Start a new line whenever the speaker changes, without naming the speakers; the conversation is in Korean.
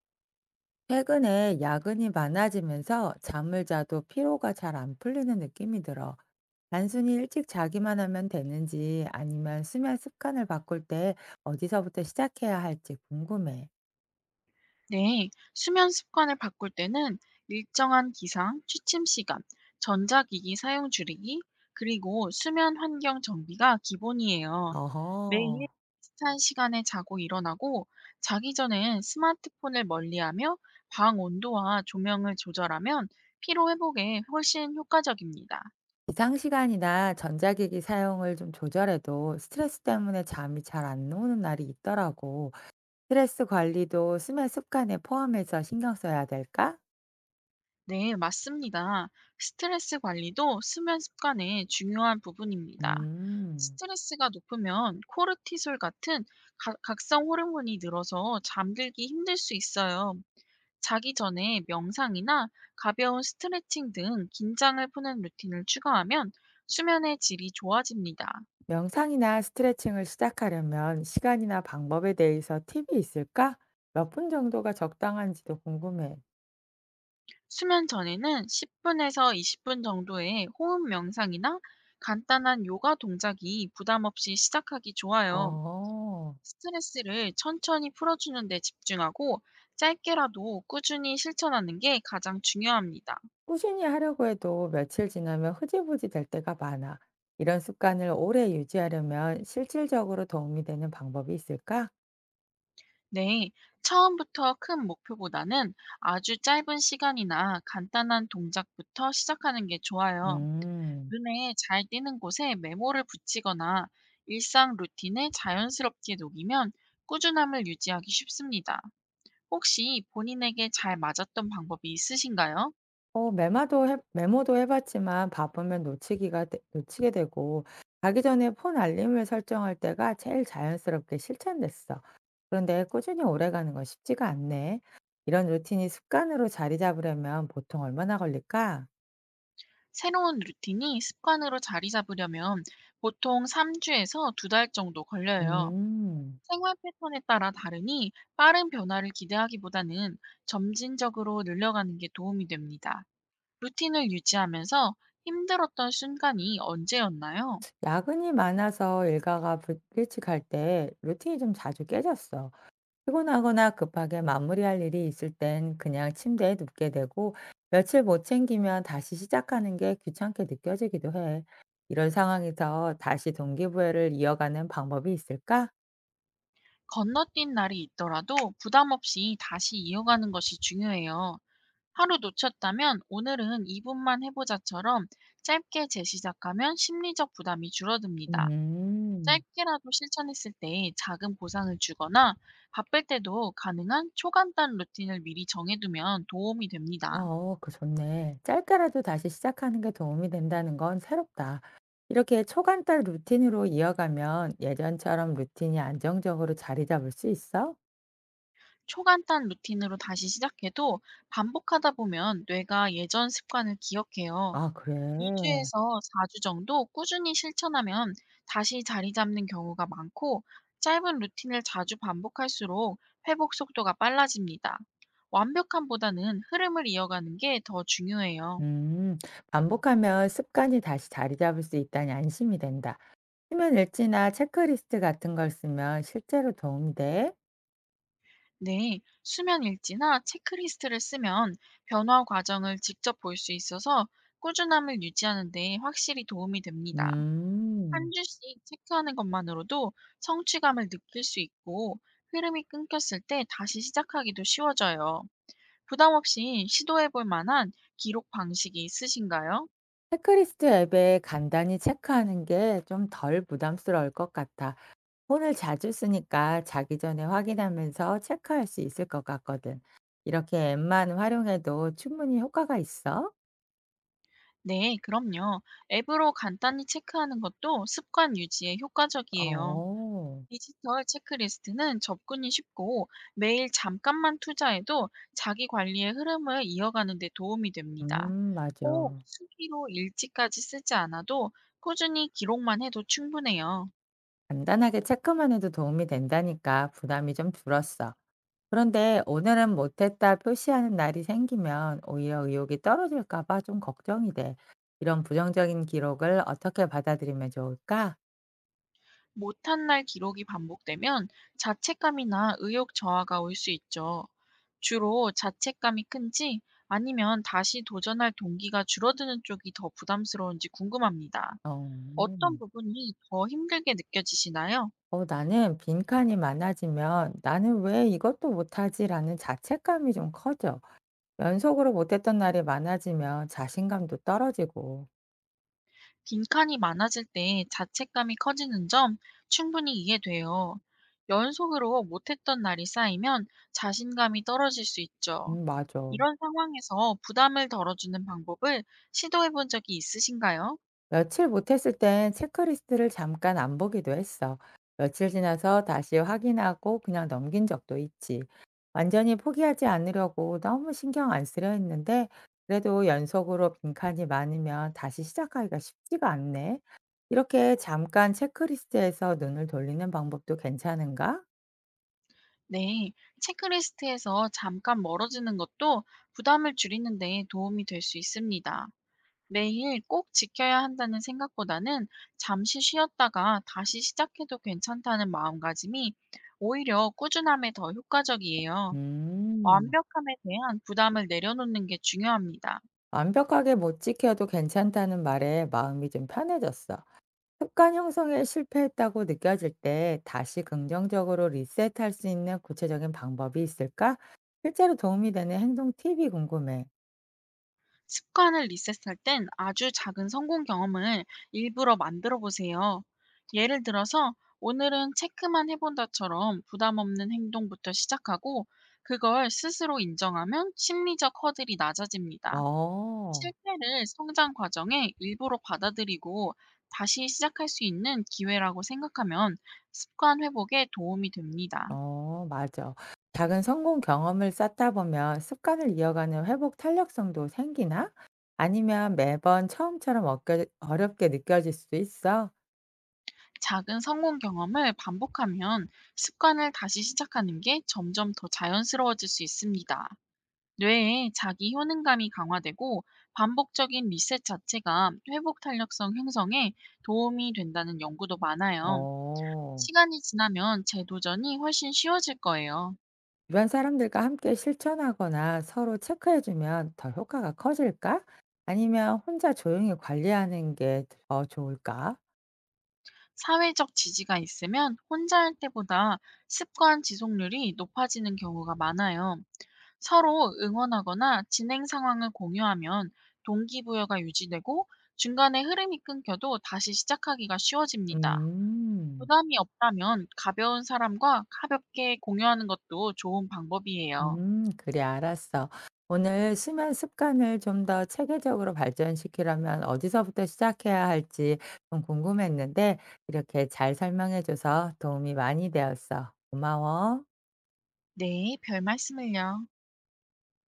최근에 야근이 많아지면서 잠을 자도 피로가 잘 안 풀리는 느낌이 들어. 단순히 일찍 자기만 하면 되는지 아니면 수면 습관을 바꿀 때 어디서부터 시작해야 할지 궁금해.
네, 수면 습관을 바꿀 때는 일정한 기상, 취침 시간, 전자기기 사용 줄이기, 그리고 수면 환경 정비가 기본이에요.
어허,
매일 비슷한 시간에 자고 일어나고 자기 전엔 스마트폰을 멀리하며 방 온도와 조명을 조절하면 피로 회복에 훨씬 효과적입니다.
기상 시간이나 전자기기 사용을 좀 조절해도 스트레스 때문에 잠이 잘 안 오는 날이 있더라고. 스트레스 관리도 수면 습관에 포함해서 신경 써야 될까?
네, 맞습니다. 스트레스 관리도 수면 습관의 중요한 부분입니다.
음.
스트레스가 높으면 코르티솔 같은 각성 호르몬이 늘어서 잠들기 힘들 수 있어요. 자기 전에 명상이나 가벼운 스트레칭 등 긴장을 푸는 루틴을 추가하면 수면의 질이 좋아집니다.
명상이나 스트레칭을 시작하려면 시간이나 방법에 대해서 팁이 있을까? 몇 분 정도가 적당한지도 궁금해.
수면 전에는 10분에서 20분 정도의 호흡 명상이나 간단한 요가 동작이 부담 없이 시작하기 좋아요.
어,
스트레스를 천천히 풀어주는 데 집중하고 짧게라도 꾸준히 실천하는 게 가장 중요합니다.
꾸준히 하려고 해도 며칠 지나면 흐지부지 될 때가 많아. 이런 습관을 오래 유지하려면 실질적으로 도움이 되는 방법이 있을까?
네, 처음부터 큰 목표보다는 아주 짧은 시간이나 간단한 동작부터 시작하는 게 좋아요.
음.
눈에 잘 띄는 곳에 메모를 붙이거나 일상 루틴에 자연스럽게 녹이면 꾸준함을 유지하기 쉽습니다. 혹시 본인에게 잘 맞았던 방법이 있으신가요?
어 메모도 해 봤지만 바쁘면 놓치기가 되 놓치게 되고 자기 전에 폰 알림을 설정할 때가 제일 자연스럽게 실천됐어. 그런데 꾸준히 오래가는 건 쉽지가 않네. 이런 루틴이 습관으로 자리 잡으려면 보통 얼마나 걸릴까?
새로운 루틴이 습관으로 자리 잡으려면 보통 3주에서 2달 정도 걸려요.
음.
생활 패턴에 따라 다르니 빠른 변화를 기대하기보다는 점진적으로 늘려가는 게 도움이 됩니다. 루틴을 유지하면서 힘들었던 순간이 언제였나요?
야근이 많아서 일과가 불 일찍할 때 루틴이 좀 자주 깨졌어. 피곤하거나 급하게 마무리할 일이 있을 땐 그냥 침대에 눕게 되고 며칠 못 챙기면 다시 시작하는 게 귀찮게 느껴지기도 해. 이런 상황에서 다시 동기부여를 이어가는 방법이 있을까?
건너뛴 날이 있더라도 부담 없이 다시 이어가는 것이 중요해요. 하루 놓쳤다면 오늘은 이분만 해보자처럼 짧게 재시작하면 심리적 부담이 줄어듭니다.
음,
짧게라도 실천했을 때 작은 보상을 주거나 바쁠 때도 가능한 초간단 루틴을 미리 정해두면 도움이 됩니다.
어, 그 좋네. 짧게라도 다시 시작하는 게 도움이 된다는 건 새롭다. 이렇게 초간단 루틴으로 이어가면 예전처럼 루틴이 안정적으로 자리 잡을 수 있어?
초간단 루틴으로 다시 시작해도 반복하다 보면 뇌가 예전 습관을 기억해요.
아, 그래.
2주에서 4주 정도 꾸준히 실천하면 다시 자리 잡는 경우가 많고 짧은 루틴을 자주 반복할수록 회복 속도가 빨라집니다. 완벽함보다는 흐름을 이어가는 게 더 중요해요.
음, 반복하면 습관이 다시 자리 잡을 수 있다니 안심이 된다. 수면 일지나 체크리스트 같은 걸 쓰면 실제로 도움이 돼.
네, 수면 일지나 체크리스트를 쓰면 변화 과정을 직접 볼 수 있어서 꾸준함을 유지하는 데 확실히 도움이 됩니다. 한
음,
주씩 체크하는 것만으로도 성취감을 느낄 수 있고 흐름이 끊겼을 때 다시 시작하기도 쉬워져요. 부담 없이 시도해 볼 만한 기록 방식이 있으신가요?
체크리스트 앱에 간단히 체크하는 게 좀 덜 부담스러울 것 같아. 폰을 자주 쓰니까 자기 전에 확인하면서 체크할 수 있을 것 같거든. 이렇게 앱만 활용해도 충분히 효과가 있어?
네, 그럼요. 앱으로 간단히 체크하는 것도 습관 유지에 효과적이에요.
어,
디지털 체크리스트는 접근이 쉽고 매일 잠깐만 투자해도 자기 관리의 흐름을 이어가는 데 도움이 됩니다. 꼭
맞아.
수기로 일지까지 쓰지 않아도 꾸준히 기록만 해도 충분해요.
간단하게 체크만 해도 도움이 된다니까 부담이 좀 줄었어. 그런데 "오늘은 못했다." 표시하는 날이 생기면 오히려 의욕이 떨어질까 봐 좀 걱정이 돼. 이런 부정적인 기록을 어떻게 받아들이면 좋을까?
못한 날 기록이 반복되면 자책감이나 의욕 저하가 올 수 있죠. 주로 자책감이 큰지 아니면 다시 도전할 동기가 줄어드는 쪽이 더 부담스러운지 궁금합니다. 어떤
어.
부분이 더 힘들게 느껴지시나요?
어 나는 빈칸이 많아지면 '나는 왜 이것도 못하지?'라는 자책감이 좀 커져. 연속으로 못했던 날이 많아지면 자신감도 떨어지고.
빈칸이 많아질 때 자책감이 커지는 점 충분히 이해돼요. 연속으로 못했던 날이 쌓이면 자신감이 떨어질 수 있죠.
맞아.
이런 상황에서 부담을 덜어주는 방법을 시도해 본 적이 있으신가요?
며칠 못했을 땐 체크리스트를 잠깐 안 보기도 했어. 며칠 지나서 다시 확인하고 그냥 넘긴 적도 있지. 완전히 포기하지 않으려고 너무 신경 안 쓰려 했는데, 그래도 연속으로 빈칸이 많으면 다시 시작하기가 쉽지가 않네. 이렇게 잠깐 체크리스트에서 눈을 돌리는 방법도 괜찮은가?
네, 체크리스트에서 잠깐 멀어지는 것도 부담을 줄이는 데 도움이 될 수 있습니다. 매일 꼭 지켜야 한다는 생각보다는 잠시 쉬었다가 다시 시작해도 괜찮다는 마음가짐이 오히려 꾸준함에 더 효과적이에요.
음,
완벽함에 대한 부담을 내려놓는 게 중요합니다.
완벽하게 못 지켜도 괜찮다는 말에 마음이 좀 편해졌어. 습관 형성에 실패했다고 느껴질 때 다시 긍정적으로 리셋할 수 있는 구체적인 방법이 있을까? 실제로 도움이 되는 행동 팁이 궁금해.
습관을 리셋할 땐 아주 작은 성공 경험을 일부러 만들어 보세요. 예를 들어서 오늘은 체크만 해본다처럼 부담 없는 행동부터 시작하고 그걸 스스로 인정하면 심리적 허들이 낮아집니다.
어,
실패를 성장 과정의 일부로 받아들이고 다시 시작할 수 있는 기회라고 생각하면 습관 회복에 도움이 됩니다.
어, 맞아. 작은 성공 경험을 쌓다 보면 습관을 이어가는 회복 탄력성도 생기나? 아니면 매번 처음처럼 어렵게 느껴질 수도 있어?
작은 성공 경험을 반복하면 습관을 다시 시작하는 게 점점 더 자연스러워질 수 있습니다. 뇌에 자기 효능감이 강화되고 반복적인 리셋 자체가 회복 탄력성 형성에 도움이 된다는 연구도 많아요.
어.
시간이 지나면 재도전이 훨씬 쉬워질 거예요.
주변 사람들과 함께 실천하거나 서로 체크해주면 더 효과가 커질까? 아니면 혼자 조용히 관리하는 게 더 좋을까?
사회적 지지가 있으면 혼자 할 때보다 습관 지속률이 높아지는 경우가 많아요. 서로 응원하거나 진행 상황을 공유하면 동기부여가 유지되고 중간에 흐름이 끊겨도 다시 시작하기가 쉬워집니다.
음,
부담이 없다면 가벼운 사람과 가볍게 공유하는 것도 좋은 방법이에요.
그래, 알았어. 오늘 수면 습관을 좀 더 체계적으로 발전시키려면 어디서부터 시작해야 할지 좀 궁금했는데, 이렇게 잘 설명해줘서 도움이 많이 되었어. 고마워.
네, 별 말씀을요.